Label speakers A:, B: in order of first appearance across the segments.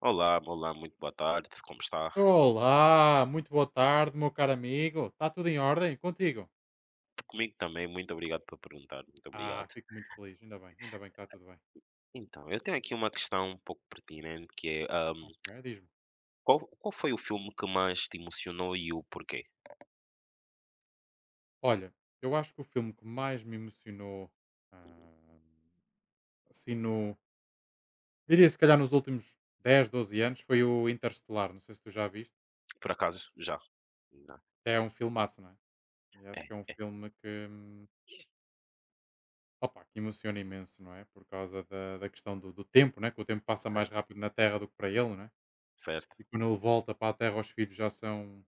A: Olá, olá, muito boa tarde, como está?
B: Olá, muito boa tarde, meu caro amigo. Está tudo em ordem contigo?
A: Comigo também, muito obrigado por perguntar, muito
B: Ah,
A: obrigado.
B: fico muito feliz, ainda bem que está tudo bem.
A: Então, eu tenho aqui uma questão um pouco pertinente, que é,
B: Ok, diz-me.
A: qual foi o filme que mais te emocionou e o porquê?
B: Olha, eu acho que o filme que mais me emocionou, ah, assim, Diria se calhar nos últimos 10, 12 anos, foi o Interstellar. Não sei se tu já viste.
A: Por acaso, já? Não.
B: É um filmaço, não é? E acho que é um
A: É,
B: filme que, opa, que emociona imenso, não é? Por causa da questão do tempo, né? Que o tempo passa mais
A: certo,
B: rápido na Terra do que para ele, não é?
A: certo.
B: E quando ele volta para a Terra, os filhos já são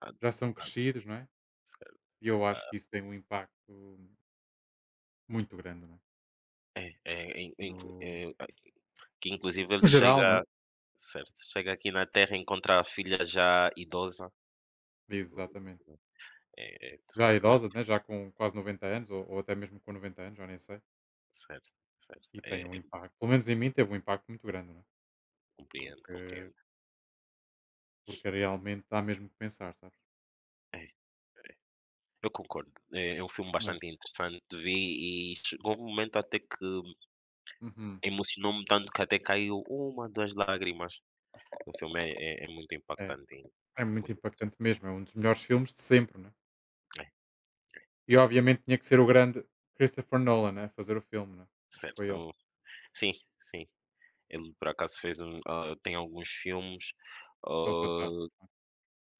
A: Ah,
B: já são
A: ah,
B: crescidos, não é?
A: certo.
B: E eu acho
A: Ah,
B: que isso tem um impacto muito grande, não é?
A: é,
B: No,
A: é, que inclusive
B: no
A: ele
B: geral, não é?
A: chega, certo, chega aqui na Terra e encontra a filha já idosa. Logo depois,
B: Exatamente.
A: né? É, é, de
B: Já
A: facto, é,
B: idosa, né? Já com quase 90 anos, ou até mesmo com 90 anos, já nem sei,
A: certo, certo,
B: e tem
A: é,
B: um
A: é,
B: impacto. Pelo menos em mim teve um impacto muito grande, não é?
A: compreendo,
B: Porque,
A: compreendo.
B: porque realmente dá mesmo que pensar, sabes?
A: É, eu concordo. É um filme
B: É.
A: bastante interessante de ver e chegou um momento até que
B: Uhum.
A: emocionou-me tanto que até caiu uma, 2 lágrimas. O filme é muito
B: É.
A: impactante e
B: É muito
A: muito
B: impactante
A: emocionante.
B: mesmo, é um dos melhores filmes de sempre, né?
A: É,
B: E obviamente tinha que ser o grande Christopher Nolan, né, a fazer o filme, né? Acho que foi ele.
A: certo. Sim, sim. Ele por acaso fez um tem alguns filmes,
B: Tão fantástico,
A: hã,
B: não é?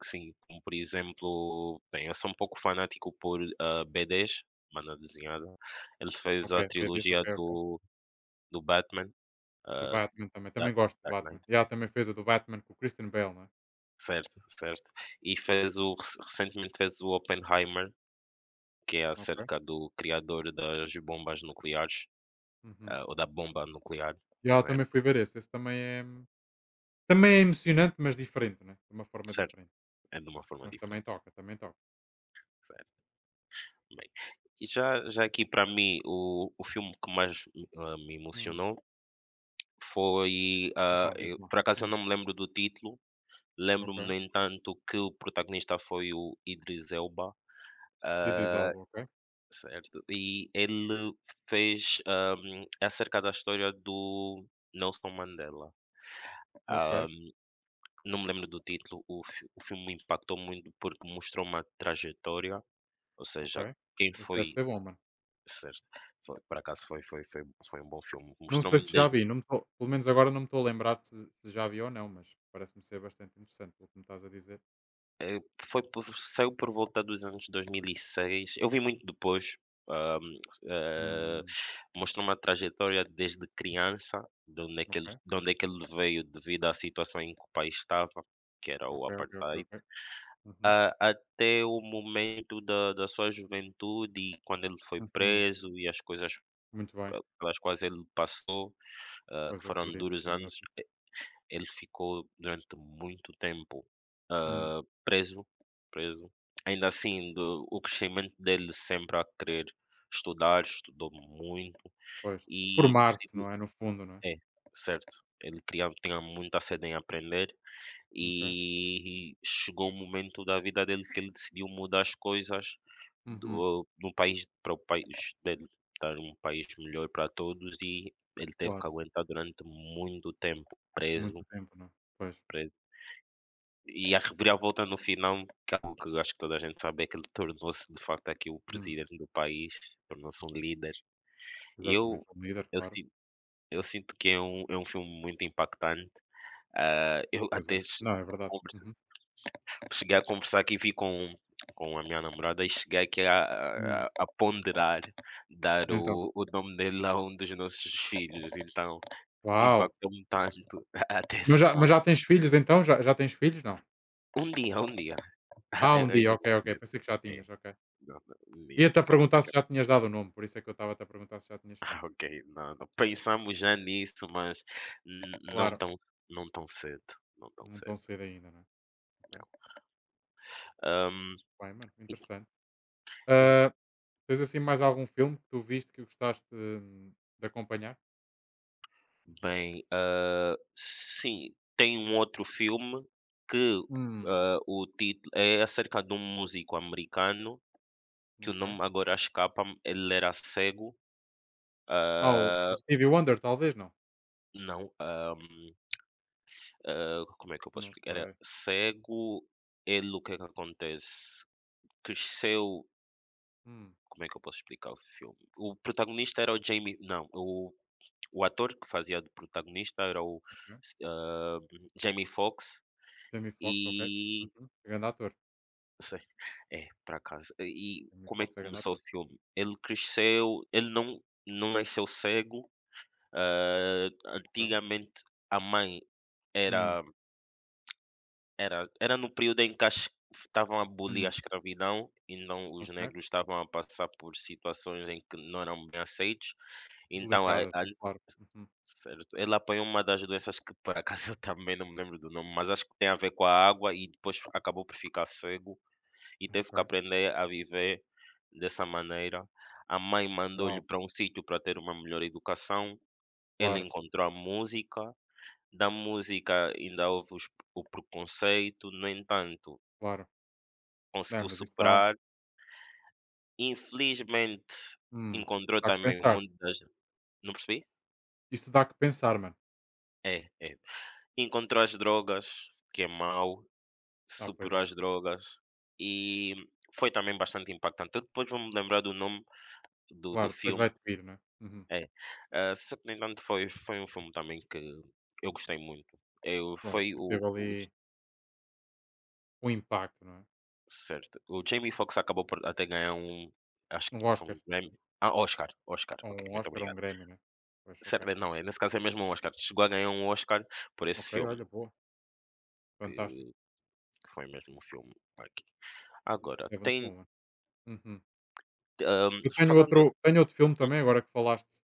A: que sim, como por exemplo, bem, eu sou um pouco fanático por, B10, banda desenhada. Ele fez
B: Ok,
A: a
B: vê disso, ok,
A: trilogia
B: ok.
A: do Batman,
B: Do
A: hã,
B: Batman também.
A: Dark
B: Também gosto do
A: Dark
B: Batman.
A: Knight.
B: E ela também fez a do Batman com o Christian Bale, não é?
A: Certo, certo. E fez o rece recentemente fez o Oppenheimer, que é
B: Ok.
A: acerca do criador das bombas nucleares,
B: Uhum.
A: ah, ou da bomba nuclear,
B: E ela
A: primeiro.
B: também fui ver esse. Esse também é emocionante, mas diferente, né? De uma forma
A: Certo,
B: diferente.
A: é de uma forma
B: Mas também
A: diferente,
B: toca, também toca.
A: certo. Bem, e já aqui para mim o filme que mais, ah, me
B: Hum.
A: emocionou foi,
B: Então,
A: eu
B: diz-me lá.
A: por acaso eu
B: Hum.
A: não me lembro do título. Lembro-me,
B: Ok.
A: no entanto, que o protagonista foi o Idris Elba,
B: Idris
A: ah.
B: Elba, ok.
A: Certo. E ele fez, é acerca da história do Nelson Mandela.
B: Ok,
A: Ah, não me lembro do título, o filme me impactou muito porque mostrou uma trajetória, ou seja,
B: ok.
A: quem
B: Esse deve
A: foi,
B: ser bom, mano.
A: certo, foi por acaso foi foi foi foi um bom filme.
B: Não sei
A: Mostrou-me.
B: se já vi, não me tô- pelo menos agora não me estou a lembrar se já vi ou não, mas parece-me ser bastante interessante pelo que me estás a dizer.
A: Eh, foi por saiu por volta dos anos 2006. Eu vi muito depois, hã, eh,
B: Hum,
A: mostra uma trajetória desde criança,
B: ok,
A: de onde é que ele veio devido à situação em que o país estava, que era o
B: ok, ok, ok,
A: apartheid,
B: ok. Uhum,
A: a até o momento da sua juventude e quando ele foi
B: uhum.
A: preso e as coisas
B: Muito bem,
A: pelas quais ele passou,
B: pois
A: que foram
B: acredito,
A: duros
B: não.
A: anos, e ele ficou durante muito tempo
B: Hum,
A: preso, preso. Ainda assim, do o crescimento dele sempre a querer estudar, estudou muito
B: pois.
A: e
B: Formar-se,
A: decidiu.
B: não é? No fundo, não é?
A: É, certo. Ele queria, tinha muita sede em aprender
B: Ok.
A: e chegou um momento da vida dele que ele decidiu mudar as coisas
B: Uhum,
A: do país, para o país dele, dar um país melhor para todos, e ele teve que
B: claro.
A: aguentar durante muito tempo
B: Muito
A: preso,
B: tempo, não é? Pois.
A: preso. E a rebelião volta no final, que é algo que eu acho que toda a gente sabe, é que ele tornou-se de facto aqui o
B: Hum,
A: presidente do país, tornou-se um líder. E
B: exatamente.
A: eu
B: Um líder,
A: eu
B: claro.
A: sin eu sinto que é é um filme muito impactante, ah, eu
B: Pois é.
A: até che
B: Não, é verdade.
A: converse
B: Uhum.
A: cheguei a conversar aqui vi com a minha namorada e cheguei aqui
B: Hum,
A: a ponderar dar
B: então.
A: o nome dele a um dos nossos filhos. Então,
B: Uau!
A: impactou-me tanto até
B: Mas
A: esse
B: já, mas
A: ponto.
B: já tens filhos então? Já tens filhos? Não.
A: Um dia,
B: Ah,
A: ai
B: um dia,
A: ainda é
B: ok, ok.
A: muito.
B: Pensei que já
A: É.
B: tinhas, ok.
A: Não, não, ia
B: Ia-te a
A: ficar muito
B: perguntar se
A: legal.
B: já tinhas dado o nome, por isso é que eu estava-te a perguntar se já tinhas
A: Ah,
B: filhos.
A: ok, não, não. Pensamos já nisso, mas n não
B: Claro,
A: tão, não tão cedo, não tão
B: não tão
A: cedo.
B: cedo ainda, não é? Ok.
A: Hum,
B: Bem, mano, interessante. Ah, tens assim mais algum filme que tu viste que gostaste de acompanhar?
A: bem, sim, tem um outro filme que,
B: Hum,
A: o título é acerca de um músico americano, que o
B: ok.
A: nome agora escapa-me, ele era cego,
B: Ah, o Stevie Wonder talvez? Não,
A: não, como é que eu posso
B: não
A: explicar? Era
B: sei.
A: cego, ele o que é que acontece? Cresceu.
B: Hum,
A: Como é que eu posso explicar o filme? O protagonista era o Jamie não, o ator que fazia de protagonista era o
B: ok.
A: s hã, Jamie Foxx.
B: Jamie Foxx, ok.
A: E
B: Uhum. É grande ator.
A: sei, é, por acaso. E
B: Jamie
A: como é que
B: Foxx é grande
A: começou
B: ator.
A: o filme? Ele cresceu ele não não nasceu cego,
B: Ok.
A: antigamente a mãe
B: Hum,
A: era, era no período em que as estavam a abolir a
B: hum,
A: escravidão, então os
B: ok.
A: negros estavam a passar por situações em que não eram bem aceitos. Então,
B: Delicadas,
A: a
B: né, claro. Uhum.
A: certo, ele apanhou uma das doenças que por acaso eu também não me lembro do nome, mas acho que tem a ver com a água, e depois acabou por ficar cego e teve que
B: Ok.
A: aprender a viver dessa maneira. A mãe mandou-lhe
B: Uau,
A: para um sítio para ter uma melhor educação, ele
B: claro,
A: encontrou a música, da música ainda houve os o preconceito, no entanto,
B: claro. É,
A: conseguiu
B: mas
A: superar. Infelizmente,
B: hum, isso
A: encontrou
B: dá que
A: também o
B: pensar.
A: mundo das, não percebi?
B: Isso dá que pensar, mano.
A: É, é. Encontrou as drogas, que é mau,
B: Ah, pois
A: superou
B: é.
A: as drogas, e foi também bastante impactante. Eu depois vou-me lembrar do nome do
B: Claro, depois
A: filme.
B: vai-te vir, não é? Uhum.
A: É, ah, só que no entanto foi um filme também que eu gostei muito. Eu
B: Pronto,
A: foi
B: que teve
A: o
B: ali um impacto, não é?
A: certo, o Jamie Foxx acabou por até ganhar um, acho que
B: Um
A: são
B: Oscar.
A: um Grammy, ah, Oscar, Oscar,
B: Ou
A: ok,
B: um
A: muito
B: Oscar ou um
A: obrigado.
B: Grammy, né? Pois, ok.
A: Certo, é, não, é, nesse caso é mesmo um Oscar. Chegou a ganhar um Oscar por esse
B: Ok,
A: filme,
B: olha, boa.
A: que
B: Fantástico.
A: que foi mesmo um filme aqui. Agora
B: Isso é muito
A: tem,
B: bom, mano. Uhum.
A: hã,
B: Eu tenho
A: falando,
B: outro, tenho outro filme
A: hum,
B: também, agora que falaste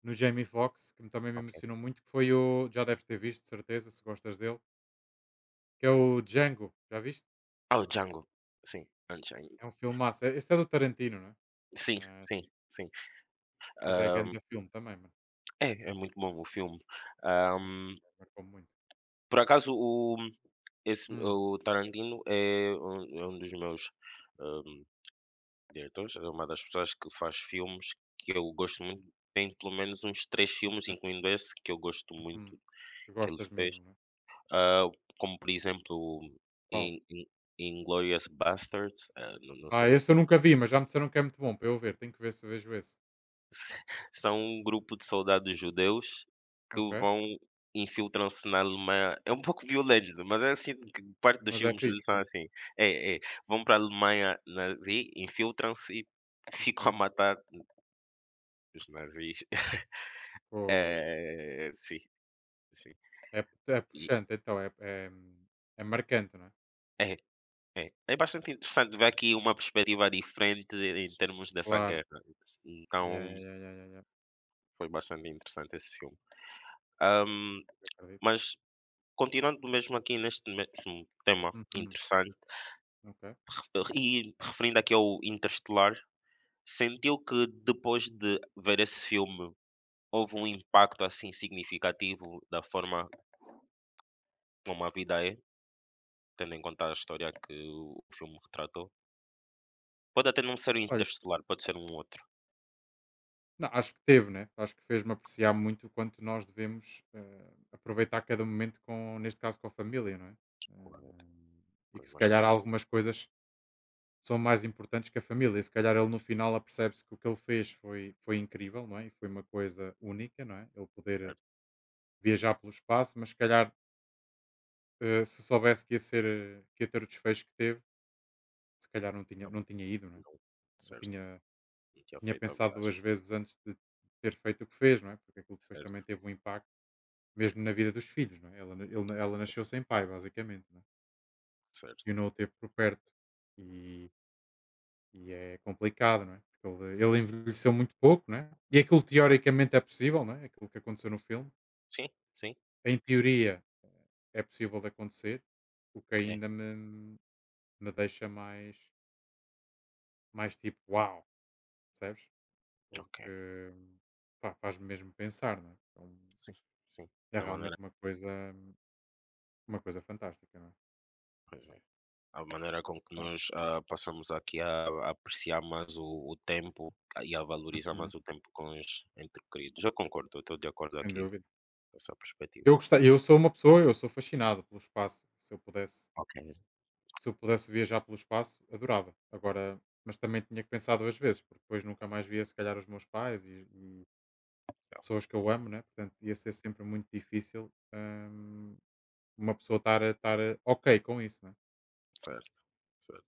B: no Jamie Foxx, que também me
A: ok,
B: emocionou muito, que foi o. Já deves ter visto, de certeza, se gostas dele, que é
A: sim.
B: o Django. Já viste?
A: Ah, o Django. Sim, Unchained.
B: É um filme massa. Esse é do Tarantino, não é?
A: Sim,
B: Mas,
A: sim, sim.
B: mas é
A: Hã,
B: grande filme também, mano.
A: é, é muito bom o filme. Hã,
B: Marcou muito.
A: por acaso o esse
B: Hum,
A: o Tarantino é um dos meus, hã, diretores, é uma das pessoas que faz filmes que eu gosto muito. Tem pelo menos uns 3 filmes,
B: ok.
A: incluindo esse, que eu gosto
B: Uhum.
A: muito,
B: Tu
A: que ele
B: gostas
A: fez.
B: mesmo, não é?
A: Hã, como por exemplo,
B: Qual?
A: In In Inglourious Basterds, não, não
B: Ah,
A: sei.
B: esse eu nunca vi, mas já me disseram que é muito bom para eu ver. Tenho que ver se vejo esse.
A: São um grupo de soldados judeus que
B: Ok.
A: vão, infiltram-se na Alemanha. É um pouco violento, mas é assim que parte dos
B: Mas é
A: filmes
B: fixe,
A: deles são
B: não?
A: assim. É, é, vão para a Alemanha nazi, infiltram-se e ficam
B: Ok.
A: a matar os nazis.
B: Pô,
A: é sim, sim.
B: É, é
A: E
B: puxante, então. É marcante, não é?
A: é, é. É bastante interessante ver aqui uma perspectiva diferente em termos dessa
B: Claro.
A: guerra.
B: Ya,
A: Então,
B: ya, ya, ya, ya, ya.
A: foi bastante interessante esse filme. Ahm,
B: Pois, acredito.
A: mas continuando mesmo aqui neste mesmo tema
B: Uhum.
A: interessante,
B: Ok.
A: e referindo aqui ao Interstellar, sentiu que depois de ver esse filme houve um impacto assim significativo da forma como a vida é, tendo em conta a história que o filme retratou? Pode até não ser o
B: Olha,
A: Interestelar, pode ser um outro,
B: não, acho que teve, né? Acho que fez-me apreciar muito o quanto nós devemos aproveitar cada momento com, neste caso, com a família, não é?
A: claramente,
B: Eh, e que
A: coisa
B: se
A: mais
B: calhar
A: querida,
B: algumas coisas são mais importantes que a família. E se calhar ele no final apercebe-se que o que ele fez foi incrível, não é? E foi uma coisa única, não é? Ele poder
A: certo?
B: viajar pelo espaço, mas se calhar se soubesse que ia ser, que ia ter o desfecho que teve, se calhar não tinha,
A: Não,
B: não tinha ido, não é?
A: não,
B: Ou
A: certo,
B: tinha
A: não tinha
B: tinha
A: feito a
B: pensado
A: viagem,
B: duas vezes antes de ter feito o que fez, não é? Porque aquilo depois também
A: certo,
B: teve um impacto, mesmo na vida dos filhos, não é? Ela, na- ele ela nasceu sem pai, basicamente, não é?
A: certo.
B: E o não o teve por perto. E, e é complicado, não é? Porque ele envelheceu muito pouco, não é? E aquilo teoricamente é possível, não é? Aquilo que aconteceu no filme.
A: Sim, sim,
B: Em teoria é possível de acontecer, o que
A: é,
B: ainda me deixa mais tipo, uau, percebes?
A: ok,
B: Porque pá, faz-me mesmo pensar, não é? Então,
A: sim, sim,
B: é
A: da
B: realmente
A: maneira.
B: uma coisa fantástica, não é?
A: Pois é, a maneira com que
B: É.
A: nós ah, passamos aqui a apreciar mais o tempo ah, e a valorizar
B: Uhum,
A: mais o tempo com os entre queridos. Eu concordo, estou de acordo
B: sem
A: aqui
B: dúvida.
A: com essa
B: Eu
A: perspectiva.
B: gosta eu sou uma pessoa eu sou fascinado pelo espaço. Se eu pudesse
A: Ok,
B: se eu pudesse viajar pelo espaço, adorava. Agora mas também tinha que pensar 2 vezes, porque depois nunca mais via se calhar os meus pais e
A: é,
B: pessoas que eu amo, né, portanto ia ser sempre muito difícil, uma pessoa estar a ok com isso, né,
A: certo, certo.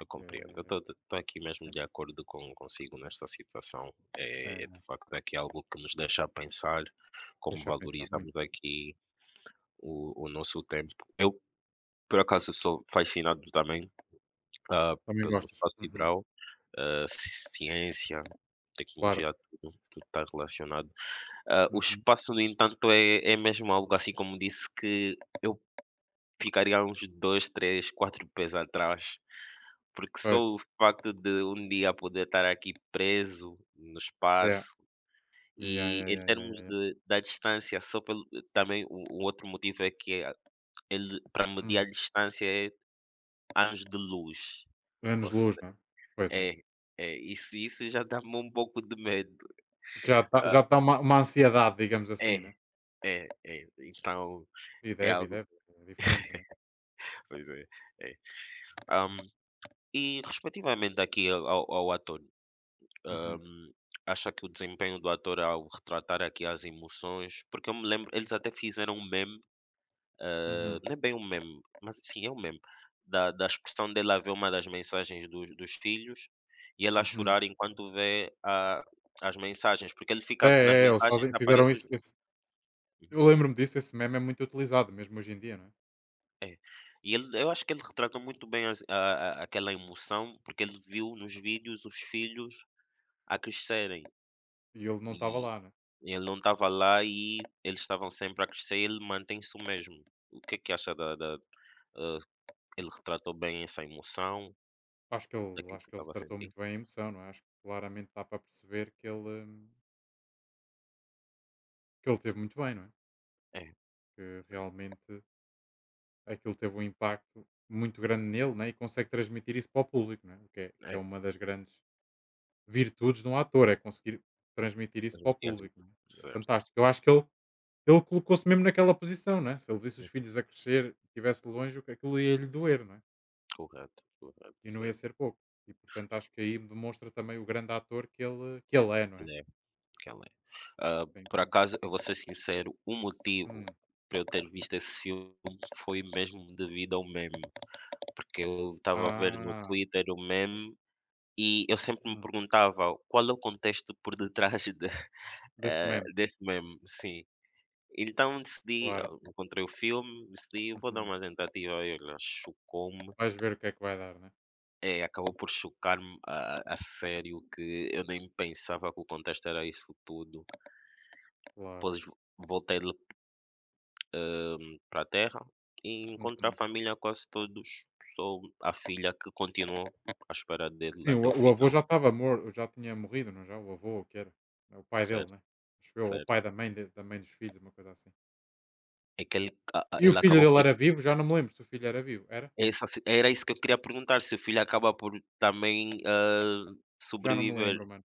A: Eu
B: que
A: compreendo. Eu
B: é
A: estou aqui mesmo de acordo com, consigo nesta situação. É, é de
B: é
A: facto aqui algo que nos deixa a pensar como
B: deixa pensar muito,
A: valorizamos
B: né.
A: aqui o nosso tempo. Eu, por acaso, sou fascinado também, ah,
B: Também
A: pelo
B: gostas?
A: espaço
B: Uhum,
A: sideral, ah, ciência,
B: claro.
A: tecnologia, tudo, tudo está relacionado. Ah, o
B: Uhum,
A: espaço, no entanto, é, é mesmo algo assim, como disse, que eu ficaria uns dois, três, quatro pés atrás, porque só
B: pois.
A: o facto de um dia poder estar aqui preso no
B: Yeah.
A: espaço
B: Yeah, yeah,
A: e
B: yeah,
A: em
B: yeah, yeah.
A: termos
B: Yeah.
A: de, da distância, só pelo, também o outro motivo é ele para medir
B: Hum,
A: a distância é anos de luz. Ou se-,
B: anos-luz, não é? Pois é.
A: é, é isso, isso já dá-me um pouco de medo.
B: Já está uma ansiedade, digamos assim,
A: É,
B: né?
A: é, é. Então
B: E
A: é
B: deve, e
A: algo,
B: deve. É diferente, não é?
A: pois é, é. Hum, e respectivamente aqui ao ator,
B: Uhum,
A: hum, acha que o desempenho do ator ao retratar aqui as emoções? Porque eu me lembro, eles até fizeram um meme,
B: uhum,
A: não é bem um meme, mas sim, é um meme, da expressão dele a ver uma das mensagens dos filhos e ela a
B: uhum.
A: chorar enquanto vê a as mensagens, porque ele
B: É,
A: fica nas
B: é, é, eles
A: mensagens,
B: fazem
A: aparece
B: fizeram
A: os.
B: isso esse eu lembro-me disso, esse meme é muito utilizado mesmo hoje em dia, não é?
A: É. E ele, eu acho que ele retrata muito bem as a aquela emoção, porque ele viu nos vídeos os filhos a crescerem,
B: E ele não estava
A: e
B: lá, não é?
A: ele não estava lá e eles estavam sempre a crescer e ele mantém-se o mesmo. O que é que acha hã, ele retratou bem essa emoção,
B: Acho que ele
A: daquilo
B: acho
A: que
B: que ele
A: estava a
B: tratou
A: sentir?
B: muito bem a emoção, não é? Acho que claramente dá para perceber que ele teve muito bem, não é?
A: É,
B: Que realmente aquilo teve um impacto muito grande nele, né? E consegue transmitir isso para o público, não é? O que é
A: é,
B: uma das grandes virtudes de um ator, é conseguir transmitir isso para o
A: transmitia as emo,
B: público, né, e é
A: certo.
B: fantástico. Eu acho que ele colocou-se mesmo naquela posição, né, se ele visse os
A: Uhum.
B: filhos a crescer e estivesse longe, o que aquilo ia-lhe doer, não é,
A: Correto, correto,
B: e não ia
A: certo.
B: ser pouco. E portanto acho que aí demonstra também o grande ator que ele é, não é?
A: Ele é porque ele é.
B: Sim,
A: Por
B: sim, sim.
A: acaso, eu vou ser sincero, o motivo
B: Hum.
A: para eu ter visto esse filme foi mesmo devido ao meme. Porque eu estava a ver no
B: Ah,
A: Twitter o meme, e eu sempre me
B: hum,
A: perguntava qual é o contexto por detrás de,
B: deste meme,
A: desse meme, sim. Então decidi, ah,
B: claro.
A: encontrei o filme, decidi vou dar
B: Uhum.
A: uma tentativa, e olha, chocou-me,
B: Vais ver o que é que vai dar, né?
A: acabou por chocar-me a sério, que eu nem pensava que o contexto era isso tudo.
B: Claro.
A: Depois voltei, para a terra e encontrei a
B: Uhum.
A: família quase todos, só a filha que continuou à espera dele
B: Sim, o
A: até o
B: o avô
A: final,
B: já estava mor já tinha morrido, não é? Já? O avô, o que era? É o pai dele,
A: certo,
B: né? Acho eu, ou o
A: certo.
B: pai da mãe dos filhos, uma coisa assim.
A: É que ele a
B: E o
A: ele
B: filho
A: acaba
B: dele
A: por,
B: era vivo? Já não me lembro se o filho era vivo. Era?
A: essa, se era isso que eu queria perguntar, se o filho acaba por também,
B: Já não me
A: sobreviver,
B: lembro, mano.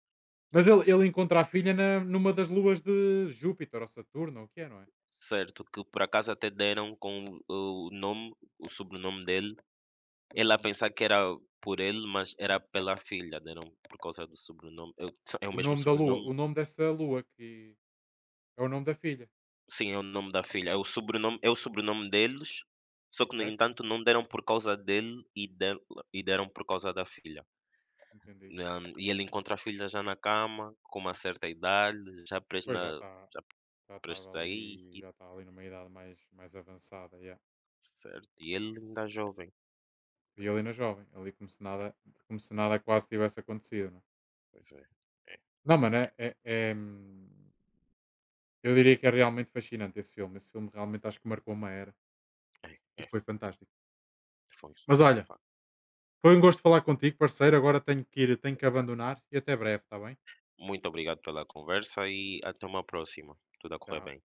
B: Mas ele encontra a filha na numa das luas de Júpiter ou Saturno, ou o que é, não é?
A: certo? Que por acaso até deram com o nome, o sobrenome dele, ele a
B: Uhum.
A: pensar que era por ele, mas era pela filha, deram por causa do sobrenome. Eu, é o
B: O
A: mesmo
B: nome da lua
A: sobrenome?
B: o nome dessa lua que é o nome da filha.
A: Sim, é o nome da filha, é o sobrenome deles, só que no
B: Ok,
A: entanto não deram por causa dele e dela, e deram por causa da filha.
B: entendi.
A: E ele encontra a filha já na cama, com uma certa idade, já prestes
B: Pois, já
A: na
B: está
A: já
B: já estava
A: prestes a ir,
B: ali
A: e
B: já estava ali numa idade mais avançada, yeah.
A: certo, e ele ainda é jovem.
B: E ali na jovem, ali como se nada
A: Eu,
B: quase tivesse acontecido, não é?
A: pois é, é,
B: Não, mano, eu diria que é realmente fascinante esse filme. Esse filme realmente acho que marcou uma era
A: é,
B: e
A: é,
B: foi fantástico.
A: foi isso.
B: Mas
A: De
B: olha,
A: facto,
B: foi um gosto falar contigo, parceiro. Agora tenho que ir, tenho que
A: obrigado.
B: abandonar e até breve, está bem?
A: Muito obrigado pela conversa e até uma próxima. Tudo a correr bem.
B: Tchau.